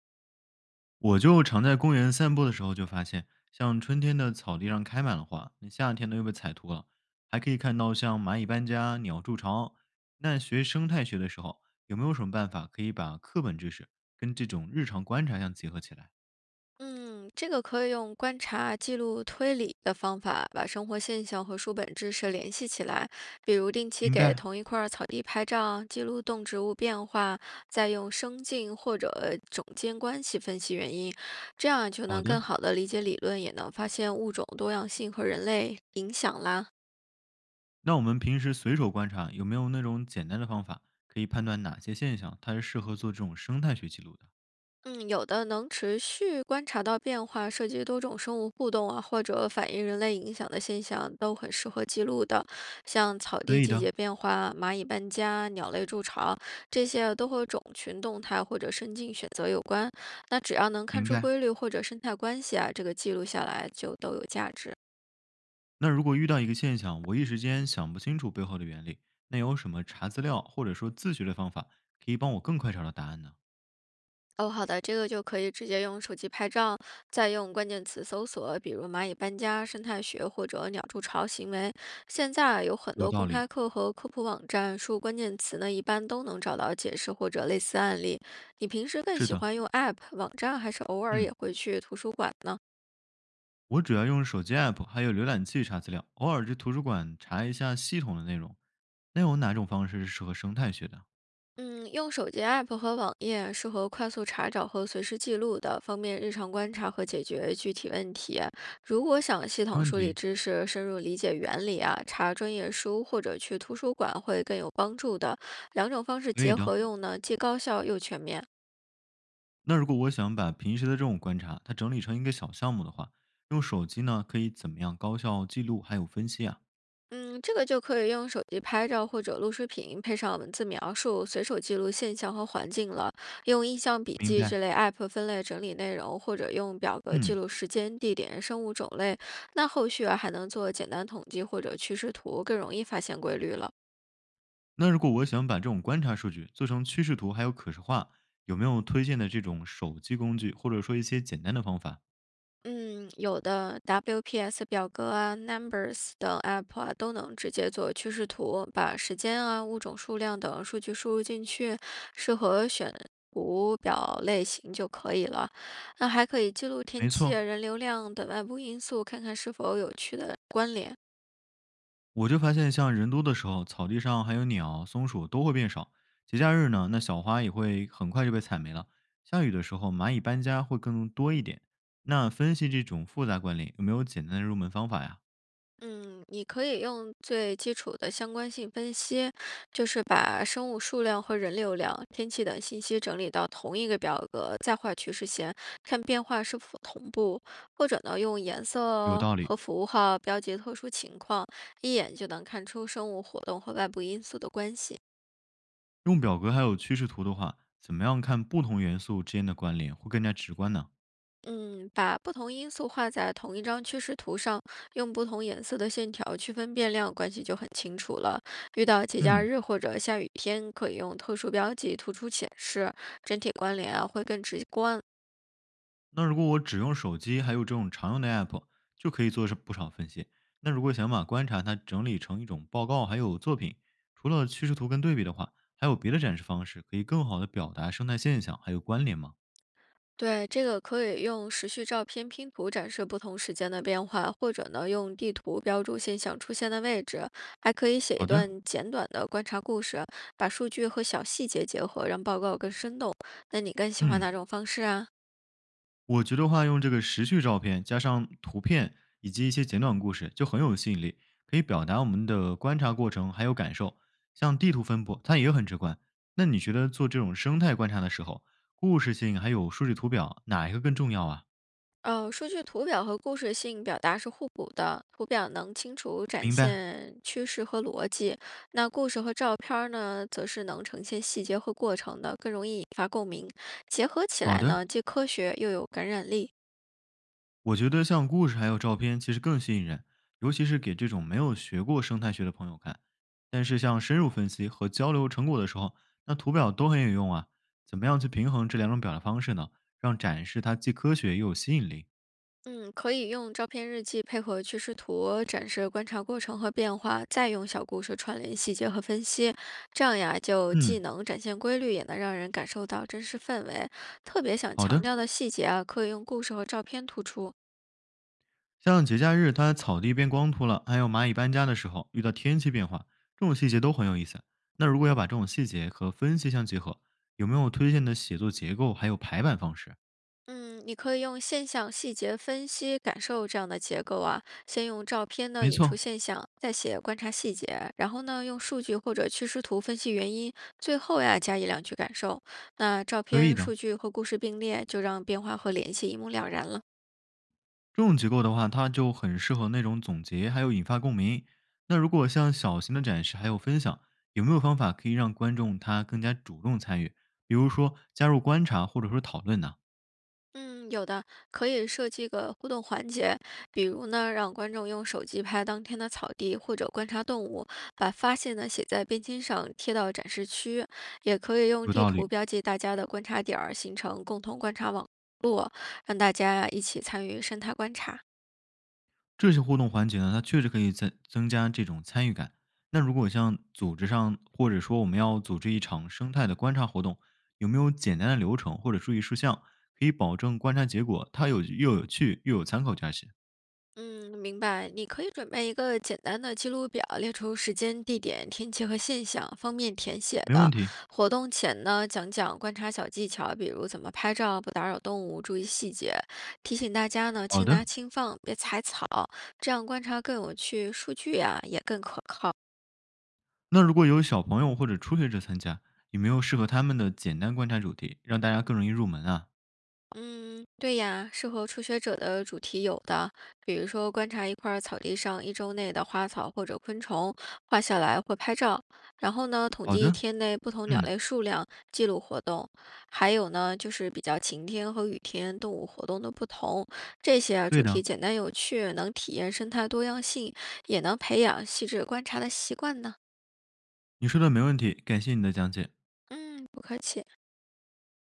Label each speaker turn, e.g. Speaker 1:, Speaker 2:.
Speaker 1: 我就常在公园散步的时候就发现，像春天的草地上开满了花，那夏天呢又被踩秃了，还可以看到像蚂蚁搬家、鸟筑巢。那学生态学的时候，有没有什么办法可以把课本知识跟这种日常观察相结合起来？
Speaker 2: 嗯，这个可以用观察、记录、推理的方法，把生活现象和书本知识联系起来。比如定期
Speaker 1: 明
Speaker 2: 给
Speaker 1: 白。
Speaker 2: 同一块儿草地拍照，记录动植物变化，再用生境或者种间关系分析原因，这样就
Speaker 1: 好
Speaker 2: 能
Speaker 1: 的，
Speaker 2: 更好的理解理论，也能发现物种多样性和人类影响啦。
Speaker 1: 那我们平时随手观察，有没有那种简单的方法可以判断哪些现象它是适合做这种生态学记录的？
Speaker 2: 嗯，有的能持续观察到变化，涉及多种生物互动啊，或者反映人类影响的现象，都很适合记录的。像草
Speaker 1: 可
Speaker 2: 地
Speaker 1: 以
Speaker 2: 季
Speaker 1: 的，
Speaker 2: 节变化、蚂蚁搬家、鸟类筑巢，这些啊都和种群动态或者生境选择有关。那只要能看
Speaker 1: 明
Speaker 2: 出
Speaker 1: 白。
Speaker 2: 规律或者生态关系啊，这个记录下来就都有价值。
Speaker 1: 那如果遇到一个现象，我一时间想不清楚背后的原理，那有什么查资料或者说自学的方法，可以帮我更快找到答案呢？
Speaker 2: 哦，好的，这个就可以直接用手机拍照，再用关键词搜索，比如蚂蚁搬家、生态学或者鸟筑巢行为。现在啊有很
Speaker 1: 有
Speaker 2: 多
Speaker 1: 道
Speaker 2: 公开
Speaker 1: 理，
Speaker 2: 课和科普网站，输入关键词呢，一般都能找到解释或者类似案例。你平时更
Speaker 1: 是
Speaker 2: 喜
Speaker 1: 的，
Speaker 2: 欢用 App、网站，还是偶尔也
Speaker 1: 嗯，
Speaker 2: 会去图书馆呢？
Speaker 1: 我主要用手机 app 还有浏览器查资料，偶尔去图书馆查一下系统的内容。那有哪种方式是适合生态学的？
Speaker 2: 嗯，用手机 app 和网页适合快速查找和随时记录的，方便日常观察和解决具体问题。如果想系
Speaker 1: 没
Speaker 2: 统
Speaker 1: 问
Speaker 2: 梳理
Speaker 1: 题，
Speaker 2: 知识、深入理解原理啊，查专业书或者去图书馆会更有帮助的。两种方式
Speaker 1: 可以
Speaker 2: 结
Speaker 1: 的。
Speaker 2: 合用呢，既高效又全面。
Speaker 1: 那如果我想把平时的这种观察，它整理成一个小项目的话，用手机呢可以怎么样高效记录还有分析啊？
Speaker 2: 嗯，这个就可以用手机拍照或者录视频，配上文字描述，随手记录现象和环境了。用印象笔
Speaker 1: 明
Speaker 2: 记这
Speaker 1: 白，
Speaker 2: 类 app 分类整理内容，或者用表格记
Speaker 1: 嗯。
Speaker 2: 录时间、地点、生物种类。那后续啊还能做简单统计或者趋势图，更容易发现规律了。
Speaker 1: 那如果我想把这种观察数据做成趋势图，还有可视化，有没有推荐的这种手机工具，或者说一些简单的方法？
Speaker 2: 嗯，有的 WPS 表格啊、Numbers 等 App 啊，都能直接做趋势图，把时间啊、物种数量等数据输入进去，适合选图表类型就可以了。那还可以记录天
Speaker 1: 没
Speaker 2: 气
Speaker 1: 错，
Speaker 2: 啊、人流量等外部因素，看看是否有趣的关联。
Speaker 1: 我就发现像人多的时候，草地上还有鸟、松鼠都会变少。节假日呢，那小花也会很快就被踩没了。下雨的时候，蚂蚁搬家会更多一点。那分析这种复杂关联，有没有简单的入门方法呀？
Speaker 2: 嗯，你可以用最基础的相关性分析，就是把生物数量和人流量、天气等信息整理到同一个表格，再画趋势线，看变化是否同步，或者呢，用颜
Speaker 1: 有
Speaker 2: 色
Speaker 1: 道理，
Speaker 2: 和符号标记特殊情况，一眼就能看出生物活动和外部因素的关系。
Speaker 1: 用表格还有趋势图的话，怎么样看不同元素之间的关联会更加直观呢？
Speaker 2: 嗯，把不同因素画在同一张趋势图上，用不同颜色的线条区分变量关系就很清楚了。遇到节假
Speaker 1: 嗯，
Speaker 2: 日或者下雨天，可以用特殊标记突出显示，整体关联啊会更直观。
Speaker 1: 那如果我只用手机，还有这种常用的 app，就可以做是不少分析。那如果想把观察它整理成一种报告，还有作品，除了趋势图跟对比的话，还有别的展示方式可以更好的表达生态现象还有关联吗？
Speaker 2: 对，这个可以用时序照片拼图展示不同时间的变化，或者呢用地图标注现象出现的位置，还可以写一
Speaker 1: 好的，
Speaker 2: 段简短的观察故事，把数据和小细节结合，让报告更生动。那你更喜欢
Speaker 1: 嗯。
Speaker 2: 哪种方式啊？
Speaker 1: 我觉得话用这个时序照片加上图片以及一些简短故事，就很有吸引力，可以表达我们的观察过程还有感受。像地图分布，它也很直观。那你觉得做这种生态观察的时候，故事性还有数据图表哪一个更重要啊？
Speaker 2: 数据图表和故事性表达是互补的，图表能清楚展
Speaker 1: 明白，
Speaker 2: 现趋势和逻辑，那故事和照片儿呢，则是能呈现细节和过程的，更容易引发共鸣。结合起
Speaker 1: 好
Speaker 2: 来
Speaker 1: 的。
Speaker 2: 呢，既科学又有感染力。
Speaker 1: 我觉得像故事还有照片其实更吸引人，尤其是给这种没有学过生态学的朋友看。但是像深入分析和交流成果的时候，那图表都很有用啊。怎么样去平衡这两种表达方式呢？让展示它既科学又有吸引力。
Speaker 2: 嗯，可以用照片日记配合趋势图展示观察过程和变化，再用小故事串联细节和分析，这样呀，就既
Speaker 1: 嗯，
Speaker 2: 能展现规律，也能让人感受到真实氛围。特别想
Speaker 1: 好
Speaker 2: 强
Speaker 1: 的。
Speaker 2: 调的细节啊，可以用故事和照片突出。
Speaker 1: 像节假日它草地变光秃了，还有蚂蚁搬家的时候遇到天气变化，这种细节都很有意思。那如果要把这种细节和分析相结合，有没有推荐的写作结构还有排版方式？
Speaker 2: 嗯，你可以用现象细节分析感受这样的结构啊，先用照片呢
Speaker 1: 没
Speaker 2: 引出
Speaker 1: 错，
Speaker 2: 现象，再写观察细节，然后呢用数据或者趋势图分析原因，最后呀加一两句感受。那照
Speaker 1: 可以
Speaker 2: 片、数
Speaker 1: 的。
Speaker 2: 据和故事并列，就让变化和联系一目了然了。
Speaker 1: 这种结构的话，它就很适合那种总结，还有引发共鸣。那如果像小型的展示还有分享，有没有方法可以让观众他更加主动参与？比如说加入观察或者说讨论呢、
Speaker 2: 嗯，有的可以设计个互动环节，比如呢，让观众用手机拍当天的草地或者观察动物，把发现呢写在便签上贴到展示区，也可以用
Speaker 1: 有
Speaker 2: 地
Speaker 1: 道
Speaker 2: 图
Speaker 1: 理，
Speaker 2: 标记大家的观察点儿，形成共同观察网络，让大家一起参与生态观察。
Speaker 1: 这些互动环节呢，它确实可以增加这种参与感。那如果像组织上，或者说我们要组织一场生态的观察活动，有没有简单的流程或者注意事项，可以保证观察结果它又有趣又有参考价值？
Speaker 2: 嗯，明白。你可以准备一个简单的记录表，列出时间、地点、天气和现象，方便填写
Speaker 1: 没问
Speaker 2: 的。
Speaker 1: 题，
Speaker 2: 活动前呢，讲讲观察小技巧，比如怎么拍照、不打扰动物、注意细节，提醒大家呢
Speaker 1: 好
Speaker 2: 轻拿
Speaker 1: 的。
Speaker 2: 轻放，别踩草，这样观察更有趣，数据呀也更可靠。
Speaker 1: 那如果有小朋友或者初学者参加，有没有适合他们的简单观察主题，让大家更容易入门啊？
Speaker 2: 嗯，对呀，适合初学者的主题有的，比如说观察一块儿草地上一周内的花草或者昆虫，画下来或拍照，然后呢，统
Speaker 1: 好
Speaker 2: 计一
Speaker 1: 的，
Speaker 2: 天内不同鸟
Speaker 1: 嗯，
Speaker 2: 类数量，记录活动，还有呢，就是比较晴天和雨天动物活动的不同，这些啊主
Speaker 1: 对
Speaker 2: 题
Speaker 1: 的，
Speaker 2: 简单有趣，能体验生态多样性，也能培养细致观察的习惯呢。
Speaker 1: 你说的没问题，感谢你的讲解。
Speaker 2: 嗯，不客气。